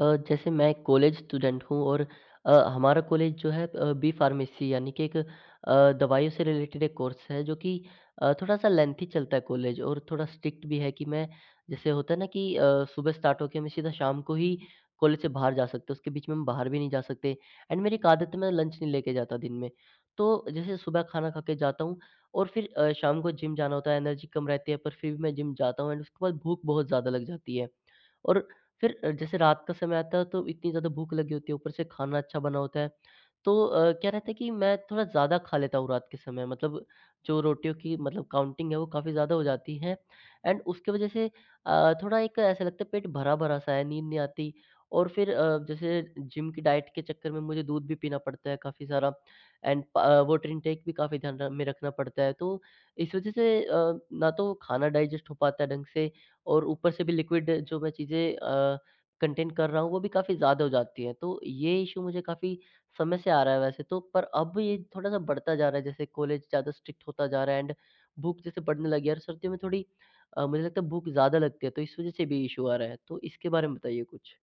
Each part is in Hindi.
जैसे मैं कॉलेज स्टूडेंट हूँ और हमारा कॉलेज जो है बी फार्मेसी यानी कि एक दवाइयों से रिलेटेड एक कोर्स है, जो कि थोड़ा-सा लेंथी चलता है कॉलेज, और थोड़ा स्ट्रिक्ट भी है कि मैं, जैसे होता है ना कि सुबह स्टार्ट होके मैं सीधा शाम को ही कॉलेज से बाहर जा सकते, उसके बीच में हम बाहर भी नहीं जा सकते। एंड मेरी एक आदत है, मैं लंच नहीं लेके जाता दिन में। तो जैसे सुबह खाना खा के जाता हूँ, और फिर शाम को जिम जाना होता है, एनर्जी कम रहती है पर फिर भी मैं जिम जाता हूँ, एंड उसके बाद भूख बहुत ज़्यादा लग जाती है। और फिर जैसे रात का समय आता है तो इतनी ज़्यादा भूख लगी होती है, ऊपर से खाना अच्छा बना होता है। तो क्या रहता है कि मैं थोड़ा ज़्यादा खा लेता हूँ रात के समय, मतलब जो रोटियों की मतलब काउंटिंग है वो काफ़ी ज़्यादा हो जाती है। एंड उसकी वजह से थोड़ा एक ऐसा लगता है पेट भरा-भरा सा है, नींद नहीं आती। और फिर जैसे जिम की डाइट के चक्कर में मुझे दूध भी पीना पड़ता है काफ़ी सारा, एंड वाटर इनटेक भी काफ़ी ध्यान र में रखना पड़ता है। तो इस वजह से ना तो खाना डाइजेस्ट हो पाता है ढंग से, और ऊपर से भी लिक्विड जो मैं चीज़ें कंटेन कर रहा हूँ वो भी काफ़ी ज़्यादा हो जाती है। तो ये इश्यू मुझे काफ़ी समय से आ रहा है वैसे तो, पर अब ये थोड़ा-सा बढ़ता जा रहा है, जैसे कॉलेज ज़्यादा स्ट्रिक्ट होता जा रहा है, एंड भूख जैसे बढ़ने लगी है, और सर्दियों में थोड़ी मुझे लगता है भूख ज़्यादा लगती है, तो इस वज़ह से भी इश्यू आ रहा है। तो इसके बारे में बताइए कुछ?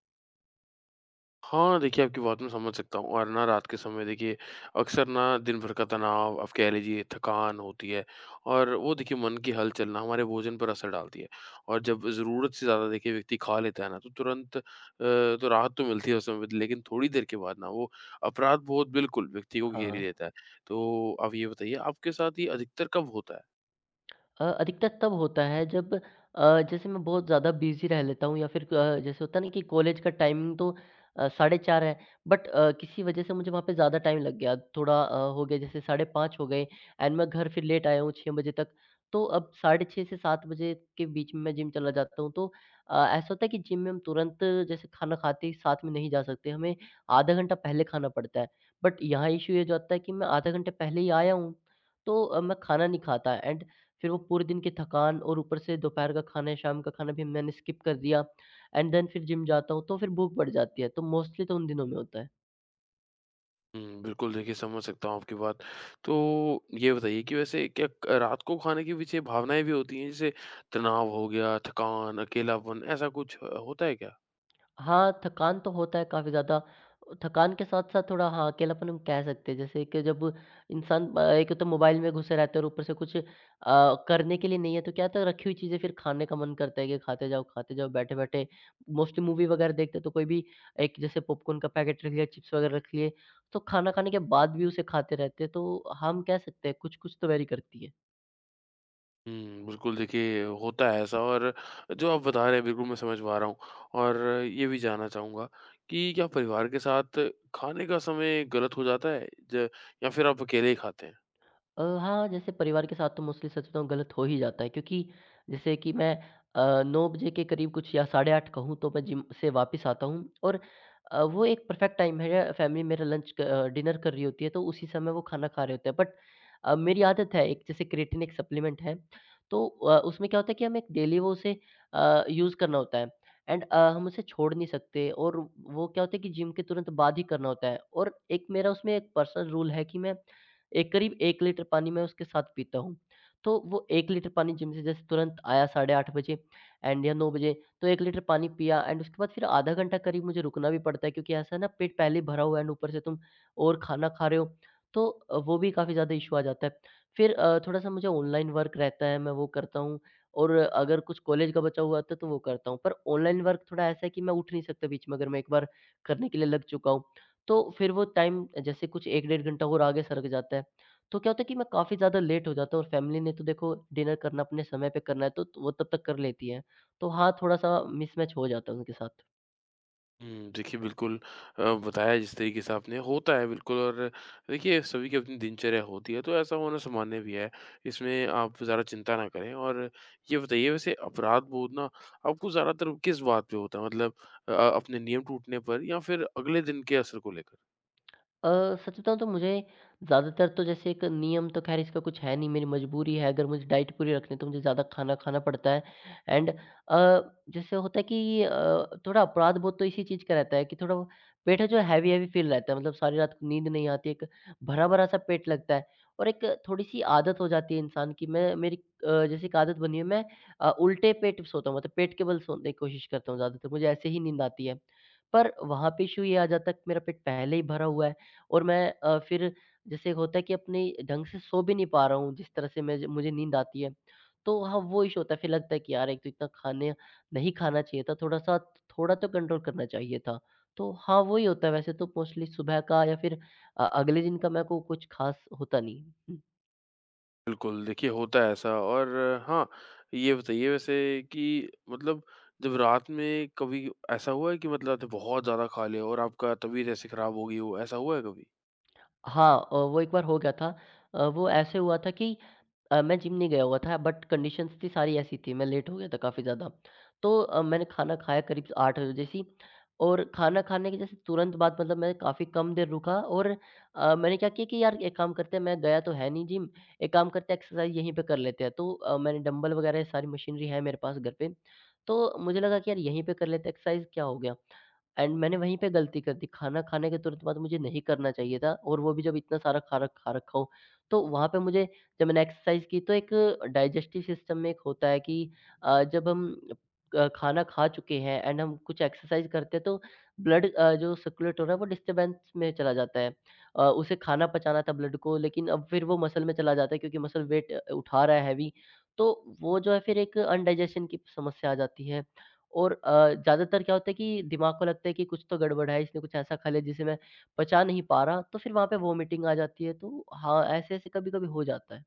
हाँ, देखिए, आपकी बात मैं समझ सकता हूँ और ना रात के समय देखिए अक्सर ना दिन भर का तनाव, आप कह लीजिए थकान होती है, और वो देखिए मन की हलचल ना हमारे भोजन पर असर डालती है। और जब ज़रूरत से ज़्यादा देखिए व्यक्ति खा लेता है ना, तो तुरंत तो राहत तो मिलती है उस समय पे, लेकिन थोड़ी देर के बाद ना वो अपराध बोध बिल्कुल व्यक्ति को घेर हाँ। ही लेता है। तो आप ये बताइए आपके साथ ये अधिकतर कब होता है? अधिकतर तब होता है जब जैसे मैं बहुत ज़्यादा बिज़ी रह लेता हूँ, या फिर जैसे होता है ना कि कॉलेज का टाइमिंग तो साढ़े 4 है, बट किसी वजह से मुझे वहाँ पे ज़्यादा टाइम लग गया, थोड़ा हो गया जैसे साढ़े 5 हो गए, एंड मैं घर फिर लेट आया हूँ 6 बजे तक। तो अब साढ़े 6 से 7 बजे के बीच में मैं जिम चला जाता हूँ, तो ऐसा होता है कि जिम में हम तुरंत, जैसे खाना खाते ही साथ में नहीं जा सकते, हमें आधा घंटा पहले खाना पड़ता है। बट यहाँ इशू ये हो जाता है कि मैं आधा घंटे पहले ही आया हूँ, तो मैं खाना नहीं खाता, एंड फिर वो पूरे दिन की थकान और ऊपर से दोपहर का खाना या शाम का खाना भी मैंने स्किप कर दिया, एंड देन फिर जिम जाता हूँ तो फिर भूख बढ़ जाती है। तो मोस्टली तो उन दिनों में होता है। बिल्कुल देखिए समझ सकता हूँ आपकी बात। तो ये बताइए कि वैसे क्या क रात को खाने के पीछे भावनाएँ भी होती हैं, जैसे तनाव हो गया, थकान, अकेलापन, ऐसा कुछ होता है क्या? हाँ, थकान तो होता है काफ़ी ज़्यादा। थकान के साथ-साथ थोड़ा, हाँ, अकेलापन हम कह सकते हैं। जैसे कि जब इंसान एक तो मोबाइल में घुसे रहते हैं, और ऊपर से कुछ करने के लिए नहीं है, तो क्या होता है रखी हुई चीज़ें फिर खाने का मन करता है कि खाते जाओ, बैठे-बैठे। मोस्टली मूवी वगैरह देखते हैं तो कोई भी एक, जैसे पॉपकॉर्न का पैकेट रख लिया, चिप्स वगैरह रख लिए, तो खाना खाने के बाद भी उसे खाते रहते हैं। तो हम कह सकते हैं कुछ-कुछ तो वेरी करती है। बिल्कुल देखिए होता है ऐसा, और जो आप बता रहे हैं बिल्कुल मैं समझ पा रहा हूँ। और ये भी जानना चाहूँगा कि क्या परिवार के साथ खाने का समय गलत हो जाता है? ज या फिर आप अकेले ही खाते हैं? हाँ, जैसे परिवार के साथ तो मोस्टली सच बताऊँ गलत हो ही जाता है, क्योंकि जैसे कि मैं 9 बजे के करीब कुछ, या साढ़े 8 कहूँ, तो मैं जिम से वापस आता हूँ, और वो एक परफ़ेक्ट टाइम है, फ़ैमिली मेरा डिनर कर रही होती है, तो उसी समय वो खाना खा रहे होते हैं। बट मेरी आदत है एक, जैसे क्रिएटिन एक सप्लीमेंट है, तो उसमें क्या होता है कि हमें डेली वो उसे यूज़ करना होता है, एंड हम उसे छोड़ नहीं सकते, और वो क्या होता है कि जिम के तुरंत बाद ही करना होता है, और एक मेरा उसमें एक पर्सनल रूल है कि मैं एक करीब 1 लीटर पानी मैं उसके साथ पीता हूँ। तो वो 1 लीटर पानी जिम से जैसे तुरंत आया 8:30 बजे एंड या 9 बजे, तो 1 लीटर पानी पिया, एंड उसके बाद फिर आधा घंटा करीब मुझे रुकना भी पड़ता है, क्योंकि ऐसा है ना पेट पहले ही भरा हुआ है, एंड ऊपर से तुम और खाना खा रहे हो, तो वो भी काफ़ी ज़्यादा इश्यू आ जाता है। फिर थोड़ा-सा मुझे ऑनलाइन वर्क रहता है, मैं वो करता हूँ, और अगर कुछ कॉलेज का बचा हुआ होता है, तो वो करता हूँ। पर ऑनलाइन वर्क थोड़ा ऐसा है कि मैं उठ नहीं सकता बीच में, अगर मैं एक बार करने के लिए लग चुका हूँ। तो फिर वो टाइम जैसे कुछ 1 डेढ़ घंटा और आगे सरक जाता है। तो क्या होता है कि मैं काफ़ी ज़्यादा लेट हो जाता हूँ, और फैमिली ने तो देखो डिनर करना अपने समय पे करना है, तो वो तब तक कर लेती है। तो हाँ, थोड़ा-सा मिसमैच हो जाता है उनके साथ। देखिए बिल्कुल बताया जिस तरीके से आपने, होता है बिल्कुल, और देखिए सभी की अपनी दिनचर्या होती है, तो ऐसा होना सामान्य भी है। इसमें आप ज़्यादा चिंता ना करें, और ये बताइए वैसे अपराध-बोध ना आपको ज़्यादातर किस बात पे होता है? मतलब अपने नियम टूटने पर, या फिर अगले दिन के असर को लेकर? अ, सच बताऊँ तो मुझे ज़्यादातर तो, जैसे एक नियम तो ख़ैर इसका कुछ है नहीं, मेरी मजबूरी है। अगर मुझे डाइट पूरी रखनी है तो मुझे ज़्यादा खाना खाना पड़ता है, एंड जैसे होता है कि थोड़ा अपराध-बोध तो इसी चीज़ का रहता है कि थोड़ा वो पेट है जो हैवी-हैवी फ़ील रहता है। मतलब सारी रात को नींद नहीं आती, एक भरा-भरा सा पेट लगता है, और एक थोड़ी-सी आदत हो जाती है इंसान की। मैं मेरी जैसे एक आदत बनी है, मैं उल्टे पेट सोता हूँ, मतलब पेट के बल सोने की कोशिश करता हूँ ज़्यादातर, मुझे ऐसे ही नींद आती है। पर वहाँ पे इश्यू ये आ जाता है कि मेरा पेट पहले ही भरा हुआ है, और मैं फिर जैसे एक होता है कि अपनी ढंग से सो भी नहीं पा रहा हूँ, जिस तरह से मैं मुझे नींद आती है। तो हाँ, वो इश्यू होता है, फिर लगता है कि यार, एक तो इतना खाने नहीं खाना चाहिए था, थोड़ा तो कंट्रोल करना चाहिए था। तो हाँ, वही होता है वैसे तो, मोस्टली सुबह का, या फिर अगले दिन का मेरे को कुछ ख़ास होता नहीं। हुँ। बिल्कुल, देखिए होता है ऐसा। और हाँ, ये बताइए वैसे कि मतलब जब रात में कभी ऐसा हुआ है कि मतलब आपने बहुत ज़्यादा खा लिया हो और आपका तबीयत ऐसे खराब हो गई हो, ऐसा हुआ है कभी? हाँ, वो एक बार हो गया था। वो ऐसे हुआ था कि मैं जिम नहीं गया हुआ था, बट कंडीशंस थी सारी ऐसी थी, मैं लेट हो गया था काफ़ी ज़्यादा। तो मैंने खाना खाया करीब 8 बजे, जैसे ही और खाना खाने के जैसे तुरंत बाद, मतलब मैं काफ़ी कम देर रुका, और मैंने क्या किया कि यार एक काम करते हैं, मैं गया तो है नहीं जिम, एक काम करते हैं एक्सरसाइज यहीं पे कर लेते हैं। तो मैंने डंबल वगैरह ये सारी मशीनरी है मेरे पास घर पे, तो मुझे लगा कि यार यहीं पे कर लेते हैं एक्सरसाइज, क्या हो गया? एंड मैंने वहीं पे गलती कर दी, खाना खाने के तुरंत बाद मुझे नहीं करना चाहिए था, और वो भी जब इतना सारा खा रखा हो। तो वहाँ पे मुझे, जब मैंने एक्सरसाइज़ की, तो एक डाइजेस्टिव सिस्टम में एक होता है कि जब हम खाना खा चुके हैं एंड हम कुछ एक्सरसाइज़ करते हैं, तो ब्लड जो सर्कुलेट हो रहा है वो डिस्टर्बेंस में चला जाता है। उसे खाना पचाना था ब्लड को, लेकिन अब फिर वो मसल में चला जाता है, क्योंकि मसल वेट उठा रहा है हैवी। तो वो जो है फिर एक अनडाइजेशन की समस्या आ जाती है। और ज़्यादातर क्या होता है कि दिमाग को लगता है कि कुछ तो गड़बड़ है, इसने कुछ ऐसा खा लिया जिसे मैं पचा नहीं पा रहा, तो फिर वहाँ पे वॉमिटिंग आ जाती है। तो हाँ, ऐसे-ऐसे कभी-कभी हो जाता है।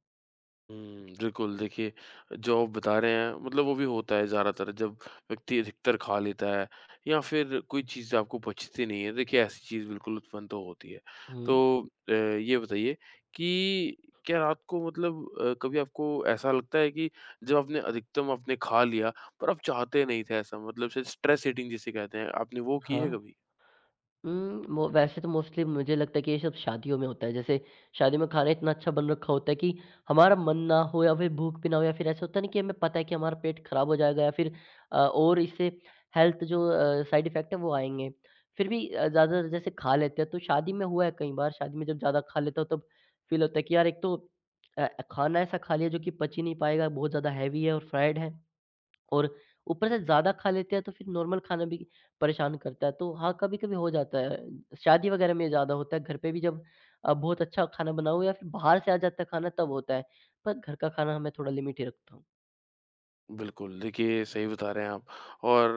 बिल्कुल देखिए, जो आप बता रहे हैं मतलब वो भी होता है ज़्यादातर जब व्यक्ति अधिकतर खा लेता है, या फिर कोई चीज़ आपको बचती नहीं है, देखिए ऐसी चीज़ बिल्कुल उत्पन्न तो होती है। हुँ, तो ये बताइए कि क्या रात को मतलब कभी आपको ऐसा लगता है कि जब आपने अधिकतम आपने खा लिया, पर आप चाहते नहीं थे ऐसा, मतलब शायद स्ट्रेस ईटिंग जिसे कहते हैं, आपने वो की है हाँ। कभी? उम, मो वैसे तो मोस्टली मुझे लगता है कि ये सब शादियों में होता है। जैसे शादी में खाना इतना अच्छा बन रखा होता है कि हमारा मन ना हो, या फिर भूख भी ना हो, या फिर ऐसा होता है ना कि हमें पता है कि हमारा पेट खराब हो जाएगा, या फिर और इससे हेल्थ जो साइड इफ़ेक्ट है वो आएँगे। फिर भी ज़्यादा जैसे खा लेते हैं, तो शादी में हुआ है कई बार, शादी में जब ज़्यादा खा लेता हूँ तब फ़ील होता है कि यार एक तो खाना ऐसा खा लिया जो कि पच ही नहीं पाएगा, बहुत ज़्यादा हेवी है और फ्राइड है। और ऊपर से ज़्यादा खा लेते हैं तो फिर नॉर्मल खाना भी परेशान करता है। तो हाँ, कभी-कभी हो जाता है। शादी वगैरह में ज़्यादा होता है, घर पे भी जब बहुत अच्छा खाना बनाओ, या फिर बाहर से आ जाता है खाना, तब होता है। पर घर का खाना मैं थोड़ा लिमिट ही रखता हूँ। बिल्कुल, देखिए सही बता रहे हैं आप। और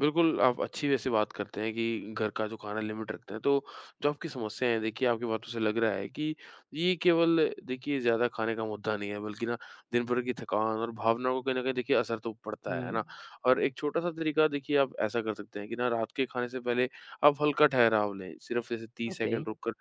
बिल्कुल आप अच्छी वैसे बात करते हैं कि घर का जो खाना लिमिट रखते हैं। तो जो आपकी समस्या है देखिए आपकी बातों से लग रहा है कि ये केवल देखिए ज़्यादा खाने का मुद्दा नहीं है, बल्कि ना दिन भर की थकान और भावनाओं को कहीं न कहीं देखिए असर तो पड़ता है हुँ। ना? और एक छोटा-सा तरीका देखिए आप ऐसा कर सकते हैं कि ना रात के खाने से पहले आप हल्का ठहराव लें, सिर्फ़ जैसे 30 ओके। सेकंड रुक कर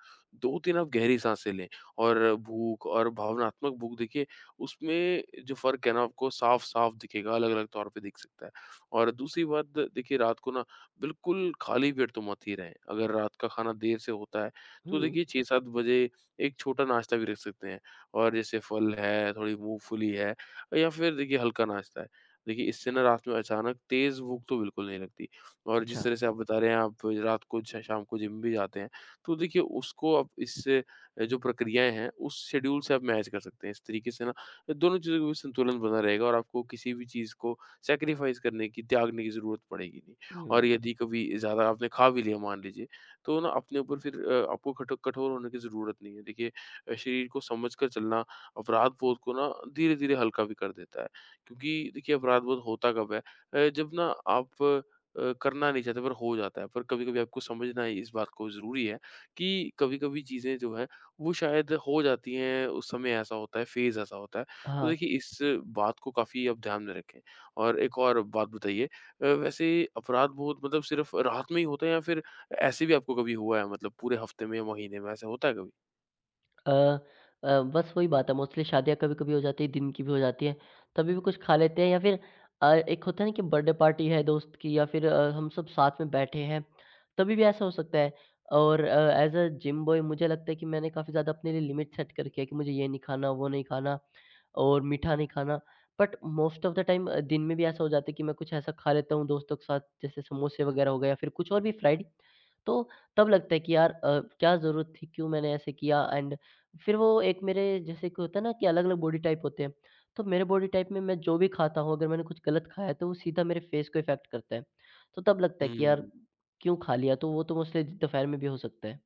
2-3 आप गहरी साँसें लें, और भूख और भावनात्मक भूख देखिए उसमें जो फ़र्क है ना आपको साफ-साफ दिखेगा, अलग-अलग तौर पे दिख सकता है। और दूसरी बात देखिए रात को ना बिल्कुल खाली पेट तो मत ही रहें। अगर रात का खाना देर से होता है, तो हुँ। देखिए 6-7 बजे एक छोटा नाश्ता भी रख सकते हैं, और जैसे फल है, थोड़ी मूँगफली है, या फिर देखिए हल्का नाश्ता है। देखिए इससे ना रात में अचानक तेज़ भूख तो बिल्कुल नहीं लगती, और जिस अच्छा। तरह से आप बता रहे हैं आप रात को श शाम को जिम भी जाते हैं, तो देखिए उसको आप इससे जो प्रक्रियाएँ हैं उस शेड्यूल से आप मैच कर सकते हैं। इस तरीके से ना तो दोनों चीज़ों के बीच संतुलन बना रहेगा, और आपको किसी भी चीज़ को सैक्रिफाइस करने की, त्यागने की ज़रूरत पड़ेगी नहीं। हुँ। और यदि कभी ज़्यादा आपने खा भी लिया, मान लीजिए, तो ना अपने ऊपर फिर आपको कठोर होने की ज़रूरत नहीं है। देखिए शरीर को समझ कर चलना अपराध-बोध को ना धीरे-धीरे हल्का भी कर देता है। क्योंकि देखिए अपराध-बोध होता कब है, जब ना आप करना नहीं चाहते, पर हो जाता है। पर कभी-कभी आपको समझना ही इस बात को ज़रूरी है कि कभी-कभी चीज़ें जो हैं, वो शायद हो जाती हैं, उस समय ऐसा होता है, फ़ेज़ ऐसा होता है। तो हाँ। देखिए इस बात को काफ़ी आप ध्यान में रखें। और एक और बात बताइए वैसे अपराध-बोध मतलब सिर्फ़ रात में ही होता है, या फिर ऐसे भी आपको कभी हुआ है, मतलब पूरे हफ़्ते में या महीने में ऐसा होता है अ बस वही बात है, मोस्टली शादियाँ कभी-कभी हो जाती है, दिन की भी हो जाती है, तभी भी कुछ खा लेते हैं, या फिर एक होता है ना कि बर्थडे पार्टी है दोस्त की, या फिर हम सब साथ में बैठे हैं, तभी भी ऐसा हो सकता है। और एज़ अ जिम बॉय मुझे लगता है कि मैंने काफ़ी ज़्यादा अपने लिए लिमिट सेट कर रखी है कि मुझे ये नहीं खाना, वो नहीं खाना, और मीठा नहीं खाना। But most of the time दिन में भी ऐसा हो जाता है कि मैं कुछ ऐसा खा लेता हूँ दोस्तों के साथ, जैसे समोसे वगैरह हो गए, या फिर कुछ और भी फ्राइड, तो तब लगता है कि यार क्या ज़रूरत थी? क्यों मैंने ऐसे किया? एंड फिर वो एक मेरे, जैसे कि होता है ना कि अलग-अलग बॉडी टाइप होते हैं। तो मेरे बॉडी टाइप में मैं जो भी खाता हूँ, अगर मैंने कुछ गलत खाया है, तो वो सीधा मेरे फेस को इफ़ेक्ट करता है। तो तब लगता है कि यार कभी? क्यों खा लिया? तो वो तो मोस्टली दोपहर में भी हो सकता है।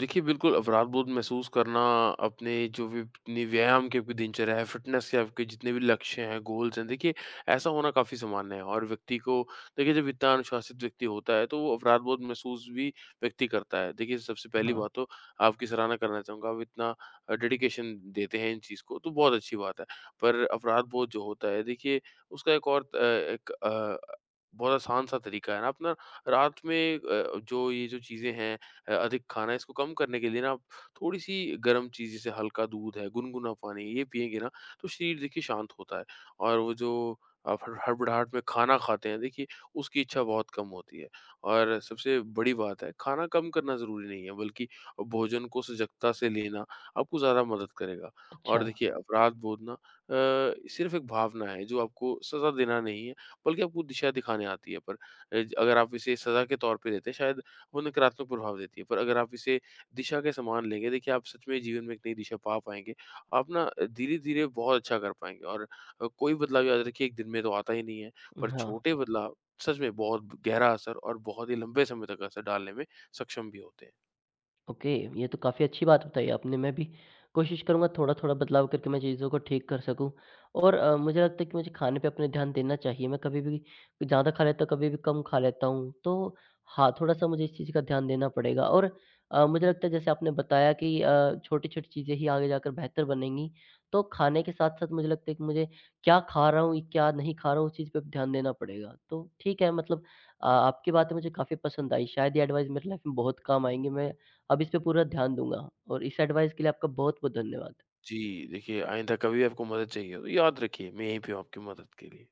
देखिए, बिल्कुल अपराध-बोध महसूस करना, अपने जो भी अपनी व्यायाम की आपकी दिनचर्या है, फ़िटनेस के आपके जितने भी लक्ष्य हैं, गोल्स हैं, देखिए ऐसा होना काफ़ी सामान्य है, और व्यक्ति को देखिए जब इतना अनुशासित व्यक्ति होता है, तो वो अपराध-बोध महसूस भी व्यक्ति करता है। देखिए, सबसे पहली हाँ। बात तो आपकी सराहना करना चाहूँगा, आप इतना डेडिकेशन देते हैं इन चीज़ को, तो बहुत अच्छी बात है। पर अपराध-बोध जो होता है, देखिए उसका एक बहुत आसान-सा तरीका है ना अपना, रात में जो ये जो चीज़ें हैं अधिक खाना है, इसको कम करने के लिए ना आप थोड़ी-सी गर्म चीज़, जैसे हल्का दूध है, गुनगुना पानी, ये पिएँगे ना तो शरीर देखिए शांत होता है, और वो जो आप हड़बड़ाहट में खाना खाते हैं देखिए उसकी इच्छा बहुत कम होती है। और सबसे बड़ी बात है, खाना कम करना ज़रूरी नहीं है, बल्कि भोजन को सजगता से लेना आपको ज़्यादा मदद करेगा। अच्छा। और देखिए अपराध बोध ना सिर्फ़ एक भावना है, जो आपको सज़ा देना नहीं है, बल्कि आपको दिशा दिखाने आती है। पर ज अगर आप इसे सज़ा के तौर पे लेते हैं, शायद वो नकारात्मक प्रभाव देती है। पर अगर आप इसे दिशा के समान लेंगे, देखिए आप सच में जीवन में एक नई दिशा पा पाएँगे। आप ना धीरे-धीरे बहुत अच्छा कर पाएँगे, और कोई बदलाव याद रखिए 1 दिन में तो आता ही नहीं है, पर हाँ। छोटे बदलाव सच में बहुत गहरा असर और बहुत ही लंबे समय तक असर डालने में सक्षम भी होते हैं। ओके, ये तो काफ़ी अच्छी बात बताई आपने। मैं भी कोशिश करूँगा थोड़ा-थोड़ा बदलाव करके मैं चीज़ों को ठीक कर सकूँ, और मुझे लगता है कि मुझे खाने पे अपने ध्यान देना चाहिए। मैं कभी भी ज़्यादा खा लेता हूँ, कभी भी कम खा लेता हूँ। तो हाँ, थोड़ा-सा मुझे इस चीज़ का ध्यान देना पड़ेगा, और मुझे लगता है जैसे आपने बताया कि छोटी-छोटी चीज़ें ही आगे जाकर बेहतर बनेंगी। तो खाने के साथ-साथ मुझे लगता है कि मुझे क्या खा रहा हूँ, क्या नहीं खा रहा हूँ, उस चीज़ पे भी ध्यान देना पड़ेगा। तो ठीक है, मतलब आपकी बातें मुझे काफ़ी पसंद आई। शायद ये एडवाइस मेरी लाइफ़ में बहुत काम आएँगी। मैं अब इस पे पूरा ध्यान दूँगा, और इस एडवाइस के लिए आपका बहुत-बहुत धन्यवाद। जी, देखिए आइंदा कभी भी आपको मदद चाहिए हो, तो याद रखिए मैं यहीं पे हूँ आपकी मदद के लिए।